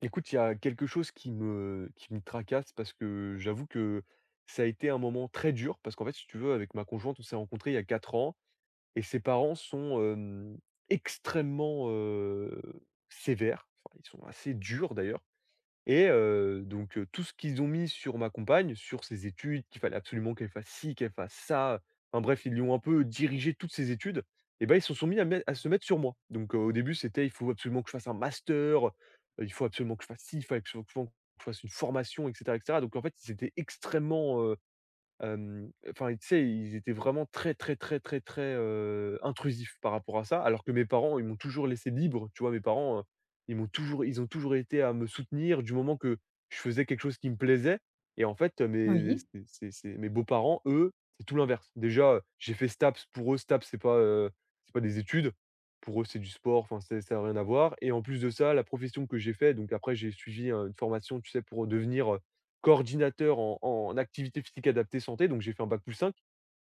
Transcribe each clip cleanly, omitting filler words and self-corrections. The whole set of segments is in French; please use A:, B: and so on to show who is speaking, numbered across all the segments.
A: Écoute, il y a quelque chose qui me tracasse parce que j'avoue que ça a été un moment très dur parce qu'en fait, si tu veux, avec ma conjointe, on s'est rencontrés il y a 4 ans et ses parents sont, extrêmement, sévères. Enfin, ils sont assez durs d'ailleurs et donc tout ce qu'ils ont mis sur ma compagne, sur ses études, qu'il fallait absolument qu'elle fasse ci, qu'elle fasse ça, enfin bref, ils lui ont un peu dirigé toutes ses études et ben ils se sont mis à se mettre sur moi. Donc au début, c'était: «Il faut absolument que je fasse un master, il faut absolument que je fasse ci, il faut absolument que je fasse une formation» et cetera et cetera. Donc en fait, ils étaient extrêmement, enfin, tu sais, ils étaient vraiment très, très, très, très, très, intrusifs par rapport à ça, alors que mes parents, ils m'ont toujours laissé libre. Tu vois? Mes parents, ils ont toujours été à me soutenir du moment que je faisais quelque chose qui me plaisait et en fait,
B: Oui,
A: mes beaux-parents, eux, c'est tout l'inverse. Déjà, j'ai fait STAPS. Pour eux, STAPS, c'est pas des études. Pour eux, c'est du sport, enfin, c'est ça n'a rien à voir et en plus de ça, la profession que j'ai fait donc après j'ai suivi, une formation, tu sais, pour devenir, coordinateur en activité physique adaptée santé, donc j'ai fait un bac+5.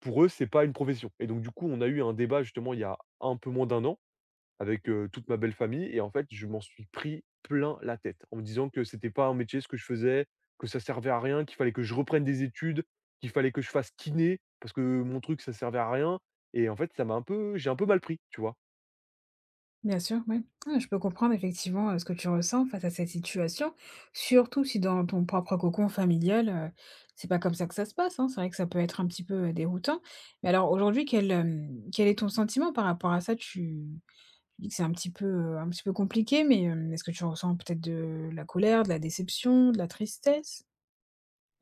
A: Pour eux, c'est pas une profession et donc du coup, on a eu un débat justement il y a un peu moins d'un an avec, toute ma belle famille et en fait, je m'en suis pris plein la tête en me disant que c'était pas un métier ce que je faisais, que ça servait à rien, qu'il fallait que je reprenne des études, qu'il fallait que je fasse kiné parce que mon truc ça servait à rien et en fait, ça m'a un peu j'ai un peu mal pris, tu vois?
B: bien sûr, oui. Ah, je peux comprendre effectivement, ce que tu ressens face à cette situation, surtout si dans ton propre cocon familial, c'est pas comme ça que ça se passe, hein. C'est vrai que ça peut être un petit peu, déroutant. Mais alors aujourd'hui, quel est ton sentiment par rapport à ça? Tu dis que c'est un petit peu compliqué, mais, est-ce que tu ressens peut-être de la colère, de la déception, de la tristesse?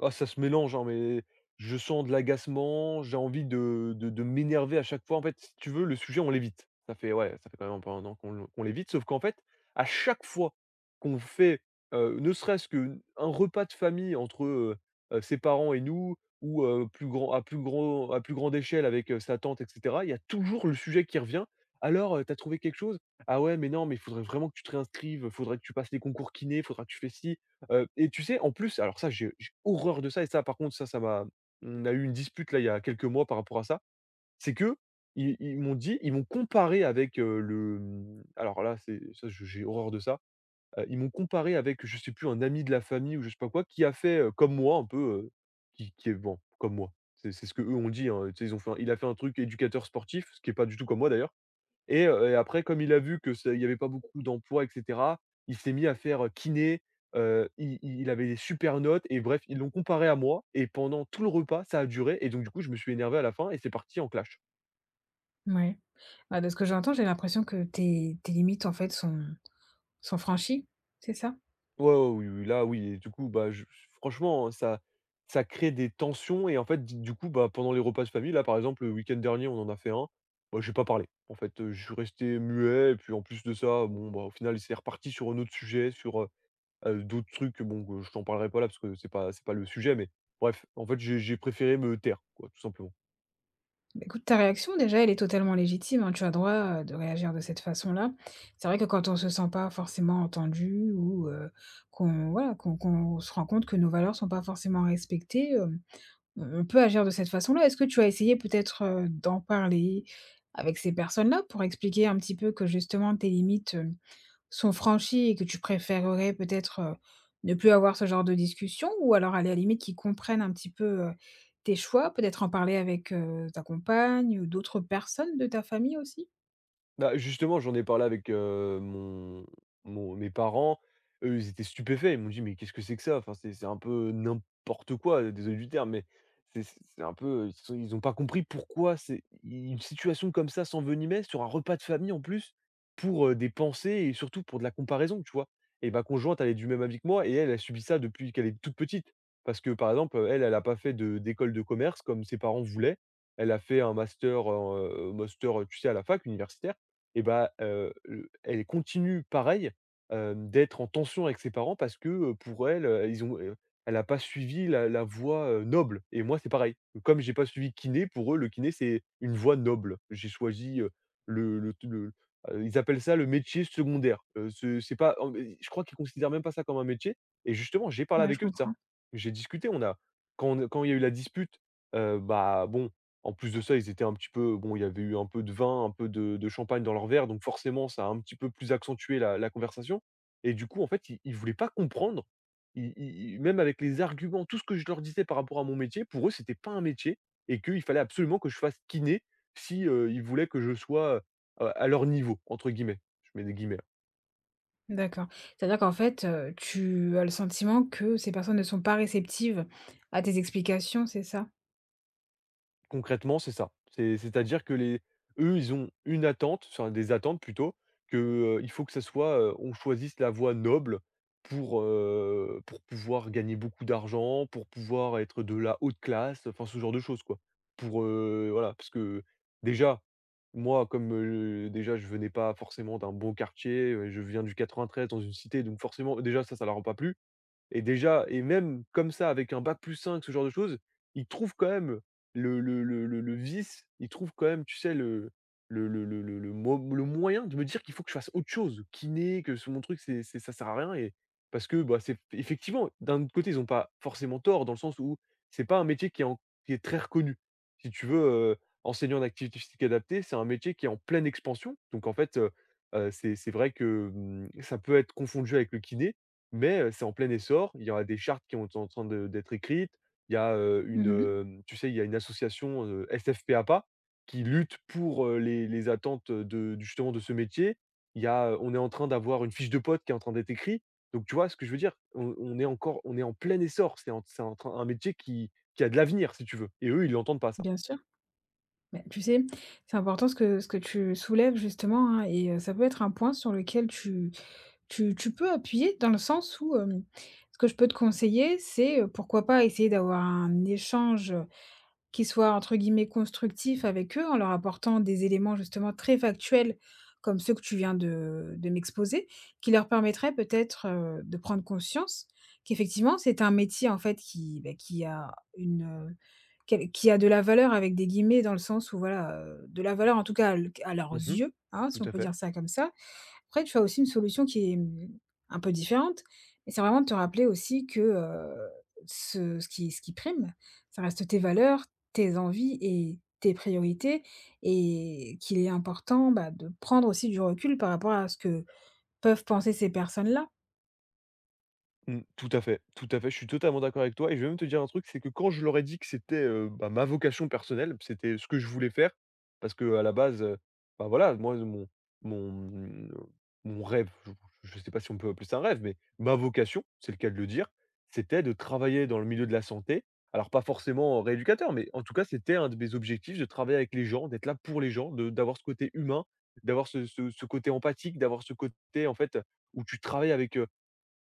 A: Ah ça se mélange, hein, mais je sens de l'agacement, j'ai envie de m'énerver à chaque fois. En fait, si tu veux, le sujet, on l'évite. Ça fait quand même un peu 1 an qu'on l'évite, sauf qu'en fait, à chaque fois qu'on fait, ne serait-ce qu'un repas de famille entre, ses parents et nous ou, plus grande échelle avec, sa tante et cetera, il y a toujours le sujet qui revient. «Alors, tu trouvé quelque chose? Ah ouais, mais non, mais il faudrait vraiment que tu te réinscrives, faudrait que tu passes les concours kiné, faudra que tu fasses ci». Et tu sais, en plus, alors ça, j'ai horreur de ça et ça, par contre, ça m'a on a eu une dispute là, il y a quelques mois par rapport à ça. C'est que ils m'ont comparé avec, alors là, c'est ça, je j'ai horreur de ça. Ils m'ont comparé avec, je sais plus, un ami de la famille ou je sais pas quoi, qui a fait, comme moi un peu, qui est bon, comme moi. C'est ce que eux ont dit, hein, tu sais, ils ont fait un il a fait un truc éducateur sportif, ce qui est pas du tout comme moi d'ailleurs. Et après comme il a vu que c'est il y avait pas beaucoup d'emplois et cetera, il s'est mis à faire, kiné, il avait des super notes et bref, ils l'ont comparé à moi et pendant tout le repas, ça a duré et donc du coup, je me suis énervé à la fin et c'est parti en clash.
B: Mouais. Bah, de ce que j'entends, j'ai l'impression que tes limites, en fait, sont franchies, c'est ça?
A: Ouais, ouais, oui, oui, là, oui et du coup, bah, je franchement, hein, ça crée des tensions et en fait, du coup, bah, pendant les repas de famille, là, par exemple, le week-end dernier, on en a fait un. Moi, j'ai pas parlé. En fait, je suis resté muet et puis en plus de ça, bon, bah, au final, c'est reparti sur un autre sujet, d'autres trucs, bon, que je t'en parlerai pas là parce que c'est pas le sujet, mais bref, en fait, j'ai préféré me taire, quoi, tout simplement.
B: Bah, écoute, ta réaction, déjà, elle est totalement légitime, hein. Tu as droit, de réagir de cette façon-là. C'est vrai que quand on se sent pas forcément entendu ou, qu'on voilà, qu'on se rend compte que nos valeurs sont pas forcément respectées, on peut agir de cette façon-là. Est-ce que tu as essayé peut-être, d'en parler avec ces personnes-là pour expliquer un petit peu que justement tes limites, sont franchis et que tu préférerais peut-être, ne plus avoir ce genre de discussion? Ou alors à la limite qu'ils comprennent un petit peu, tes choix? Peut-être en parler avec, ta compagne ou d'autres personnes de ta famille aussi?
A: Bah, justement, j'en ai parlé avec, mon mon mes parents. Eux, ils étaient stupéfaits. Ils m'ont dit: «Mais qu'est-ce que c'est que ça?» enfin, c'est un peu n'importe quoi, désolé du terme, mais c'est un peu, ils sont ont pas compris pourquoi c'est une situation comme ça s'envenimait sur un repas de famille en plus pour, des pensées et surtout pour de la comparaison, tu vois? Et ma conjointe, elle est du même avis que moi et elle, elle subit ça depuis qu'elle est toute petite. Parce que, par exemple, elle, elle a pas fait de d'école de commerce comme ses parents voulaient. Elle a fait un master, tu sais, à la fac universitaire et bah, elle continue pareil, d'être en tension avec ses parents parce que, pour elle, elle a pas suivi la voie, noble et moi c'est pareil. Comme j'ai pas suivi kiné, pour eux le kiné c'est une voie noble. J'ai choisi, le ils appellent ça le métier secondaire. Ce c'est pas en je crois qu'ils considèrent même pas ça comme un métier et justement j'ai parlé
B: Ouais, je
A: avec eux de ça.
B: comprends.
A: J'ai discuté, on a quand on quand il y a eu la dispute, bah, bon en plus de ça, ils étaient un petit peu bon, il y avait eu un peu de vin, un peu de champagne dans leur verre, donc forcément, ça a un petit peu plus accentué la conversation et du coup, en fait, ils voulaient pas comprendre. Ils ils ils même avec les arguments, tout ce que je leur disais par rapport à mon métier, pour eux, c'était pas un métier et qu'il fallait absolument que je fasse kiné si, ils voulaient que je sois, à «leur niveau» entre guillemets. Je mets des guillemets.
B: D'accord. C'est-à-dire qu'en fait, tu as le sentiment que ces personnes ne sont pas réceptives à tes explications, c'est ça?
A: Concrètement, c'est ça. C'est-à-dire que les eux, ils ont une attente, enfin des attentes plutôt, que, il faut que ça soit, on choisisse la voie noble pour, pour pouvoir gagner beaucoup d'argent, pour pouvoir être de la haute classe, enfin ce genre de choses quoi. Pour, voilà, parce que déjà, moi comme, déjà je venais pas forcément d'un bon quartier, je viens du 93 dans une cité donc forcément déjà ça, ça leur a pas plu. Et déjà et même comme ça, avec un bac+5, ce genre de choses, il trouve quand même le vice, il trouve quand même, tu sais, le moyen de me dire qu'il faut que je fasse autre chose, kiné, que ce mon truc, c'est ça sert à rien et parce que, bah, c'est effectivement, d'un autre côté, ils ont pas forcément tort, dans le sens où c'est pas un métier qui est très reconnu. Si tu veux, enseignant en activité physique adaptée, c'est un métier qui est en pleine expansion, donc en fait, c'est vrai que, ça peut être confondu avec le kiné mais c'est en plein essor. Il y aura des chartes qui sont en train de d'être écrites. Il y a, une,
B: Mmh.
A: hem, tu sais, il y a une association, SFPAPA qui lutte pour, les attentes, justement de ce métier. Il y a, on est en train d'avoir une fiche de pote qui est en train d'être écrite. Donc tu vois ce que je veux dire? On est encore on est en plein essor. C'est en train un métier qui a de l'avenir si tu veux et eux, ils l'entendent pas ça.
B: Bien sûr. Mais tu sais, c'est important ce que tu soulèves justement, hein et ça peut être un point sur lequel tu peux appuyer dans le sens où, ce que je peux te conseiller, c'est, pourquoi pas essayer d'avoir un échange, qui soit entre guillemets «constructif» avec eux, en leur apportant des éléments justement très factuels, comme ceux que tu viens de m'exposer, qui leur permettraient peut-être, de prendre conscience qu'effectivement c'est un métier en fait qui, beh, qui a une, heu, quel qui a de la valeur avec des guillemets dans le sens où voilà, de la valeur en tout cas à leurs
A: Mmh,
B: yeux, hein,
A: tout
B: si on
A: à
B: peut
A: fait.
B: dire ça comme ça. Après, tu as aussi une solution qui est, mmh, un peu différente, mais c'est vraiment de te rappeler aussi que, ce qui prime, ça reste tes valeurs, tes envies et tes priorités et qu'il est important, bah, de prendre aussi du recul par rapport à ce que peuvent penser ces personnes-là.
A: Mmh, tout à fait, tout à fait. Je suis totalement d'accord avec toi et je vais même te dire un truc, c'est que quand je leur ai dit que c'était, bah, ma vocation personnelle, c'était ce que je voulais faire parce que à la base, bah, voilà, moi, mon, mmh, mon rêve, je sais pas si on peut appeler ça un rêve, mais ma vocation, c'est le cas de le dire, c'était de travailler dans le milieu de la santé. Alors pas forcément rééducateur, mais en tout cas, c'était un de mes objectifs de travailler avec les gens, d'être là pour les gens, de d'avoir ce côté humain, d'avoir ce côté empathique, d'avoir ce côté, en fait, où tu travailles avec,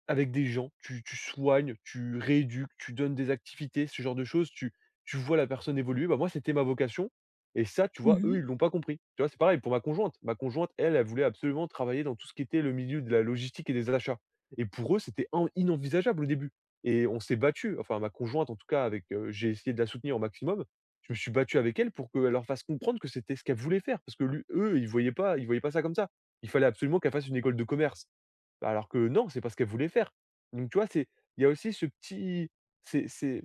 A: avec des gens, tu soignes, tu rééduques, tu donnes des activités, ce genre de choses, tu vois la personne évoluer. Bah, moi, c'était ma vocation et ça, tu vois, eux,
B: Mmh.
A: ils l'ont pas compris. Tu vois? C'est pareil pour ma conjointe. Ma conjointe, elle, elle voulait absolument travailler dans tout ce qui était le milieu de la logistique et des achats, et pour eux, c'était in inenvisageable au début et on s'est battu. Enfin, ma conjointe en tout cas, avec, j'ai essayé de la soutenir au maximum. Je me suis battu avec elle pour qu'elle leur fasse comprendre que c'était ce qu'elle voulait faire, parce que lu eux, ils voyaient pas ça comme ça. Il fallait absolument qu'elle fasse une école de commerce. Alors que non, c'est pas ce qu'elle voulait faire. Donc tu vois, c'est il y a aussi ce petit c'est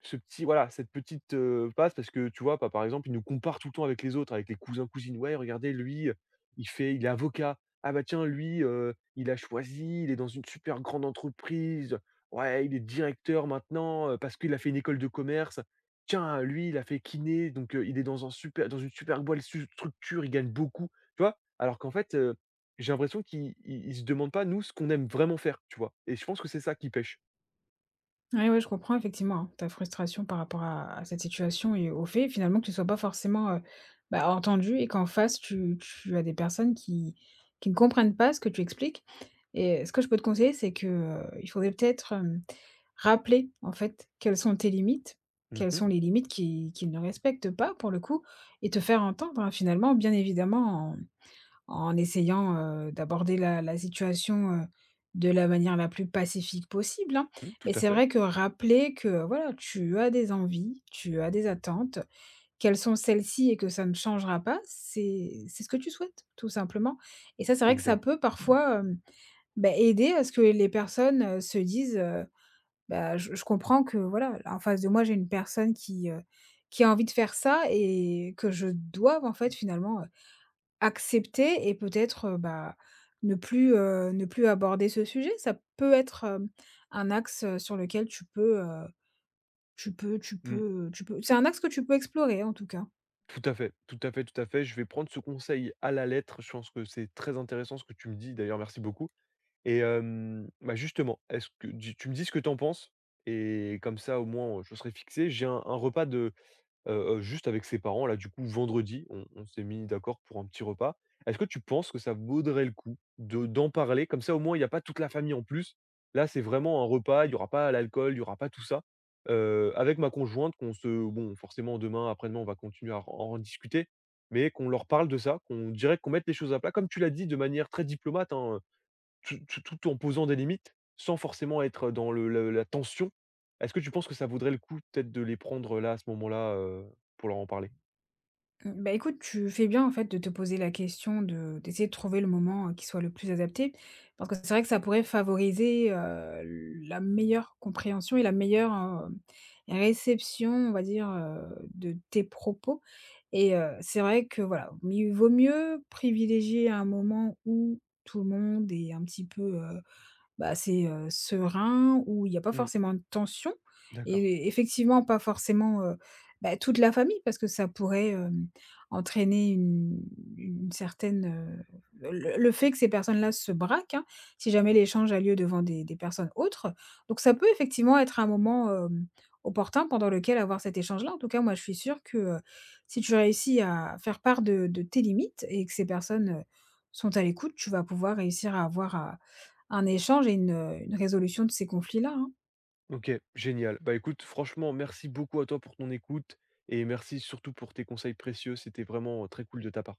A: ce petit, voilà, cette petite, passe parce que tu vois? Pas, par exemple, il nous compare tout le temps avec les autres, avec les cousins-cousines. «Ouais, regardez lui, il est avocat. Ah bah tiens, lui, il a choisi, il est dans une super grande entreprise. Ouais, il est directeur maintenant, parce qu'il a fait une école de commerce. Tiens, lui, il a fait kiné, donc il est dans un super dans une super bonne su structure, il gagne beaucoup». Tu vois? Alors qu'en fait, j'ai l'impression qu'ils se demandent pas, nous, ce qu'on aime vraiment faire, tu vois? Et je pense que c'est ça qui pêche.
B: Ouais, ouais, je comprends effectivement, hein, ta frustration par rapport à cette situation et au fait finalement que tu sois pas forcément, bah, entendu et qu'en face tu as des personnes qui ne comprennent pas ce que tu expliques et ce que je peux te conseiller, c'est que, il faudrait peut-être, rappeler en fait quelles sont tes limites,
A: Mmh
B: quelles
A: mh.
B: sont les limites qui qu'ils ne respectent pas pour le coup et te faire entendre, hein, finalement bien évidemment en essayant, d'aborder la situation, de la manière la plus pacifique possible, hein.
A: Mmh, tout
B: Mais
A: à
B: c'est
A: fait,
B: vrai que rappeler que, voilà, tu as des envies, tu as des attentes, quelles sont celles-ci et que ça ne changera pas, c'est ce que tu souhaites, tout simplement. Et ça, c'est vrai que ça
A: exact.
B: peut parfois, bah, aider à ce que les personnes, se disent, «Bah, je comprends que, voilà, en face de moi, j'ai une personne qui a envie de faire ça et que je doive, en fait, finalement, accepter et peut-être, bah, ne plus, ne plus aborder ce sujet. Ça peut être, un axe, sur lequel tu peux, tu peux tu
A: Mmh.
B: peux, tu peux c'est un axe que tu peux explorer en tout cas.
A: Tout à fait, tout à fait, tout à fait. Je vais prendre ce conseil à la lettre. Je pense que c'est très intéressant ce que tu me dis. D'ailleurs, merci beaucoup. Et bah, justement, est-ce que tu me dis ce que tu en penses? Et comme ça, au moins, je serai fixé. J'ai un repas de... Heu juste avec ses parents là, du coup, vendredi, on s'est mis d'accord pour un petit repas. Est-ce que tu penses que ça vaudrait le coup de d'en parler? Comme ça, au moins, il y a pas toute la famille en plus. Là, c'est vraiment un repas, il y aura pas l'alcool, il y aura pas tout ça. Avec ma conjointe qu'on se bon, forcément demain, après-demain, on va continuer à en discuter, mais qu'on leur parle de ça, qu'on dirait, qu'on mette les choses à plat. Comme tu l'as dit, de manière très diplomate, hein, tout en posant des limites, sans forcément être dans le la tension. Est-ce que tu penses que ça vaudrait le coup peut-être de les prendre, là, à ce moment-là, pour leur en parler?
B: Mmh, bah, écoute, tu fais bien en fait de te poser la question de d'essayer de trouver le moment, qui soit le plus adapté. Parce que c'est vrai que ça pourrait favoriser, la meilleure compréhension et la meilleure, réception, on va dire, de tes propos et c'est vrai que voilà, mieux vaut mieux privilégier un moment où tout le monde est un petit peu, bah, c'est, serein, où il y a pas
A: Mmh,
B: forcément de tension
A: d'accord.
B: et effectivement pas forcément, bah, toute la famille parce que ça pourrait, entraîner une certaine, le fait que ces personnes-là se braquent, hein, si jamais l'échange a lieu devant des personnes autres. Donc ça peut effectivement être un moment, opportun pendant lequel avoir cet échange-là. En tout cas, moi, je suis sûre que, si tu réussis à faire part de tes limites et que ces personnes, sont à l'écoute, tu vas pouvoir réussir à avoir un échange et une résolution de ces conflits-là, hein.
A: OK, génial. Bah, écoute, franchement, merci beaucoup à toi pour ton écoute et merci surtout pour tes conseils précieux. C'était vraiment, très cool de ta part.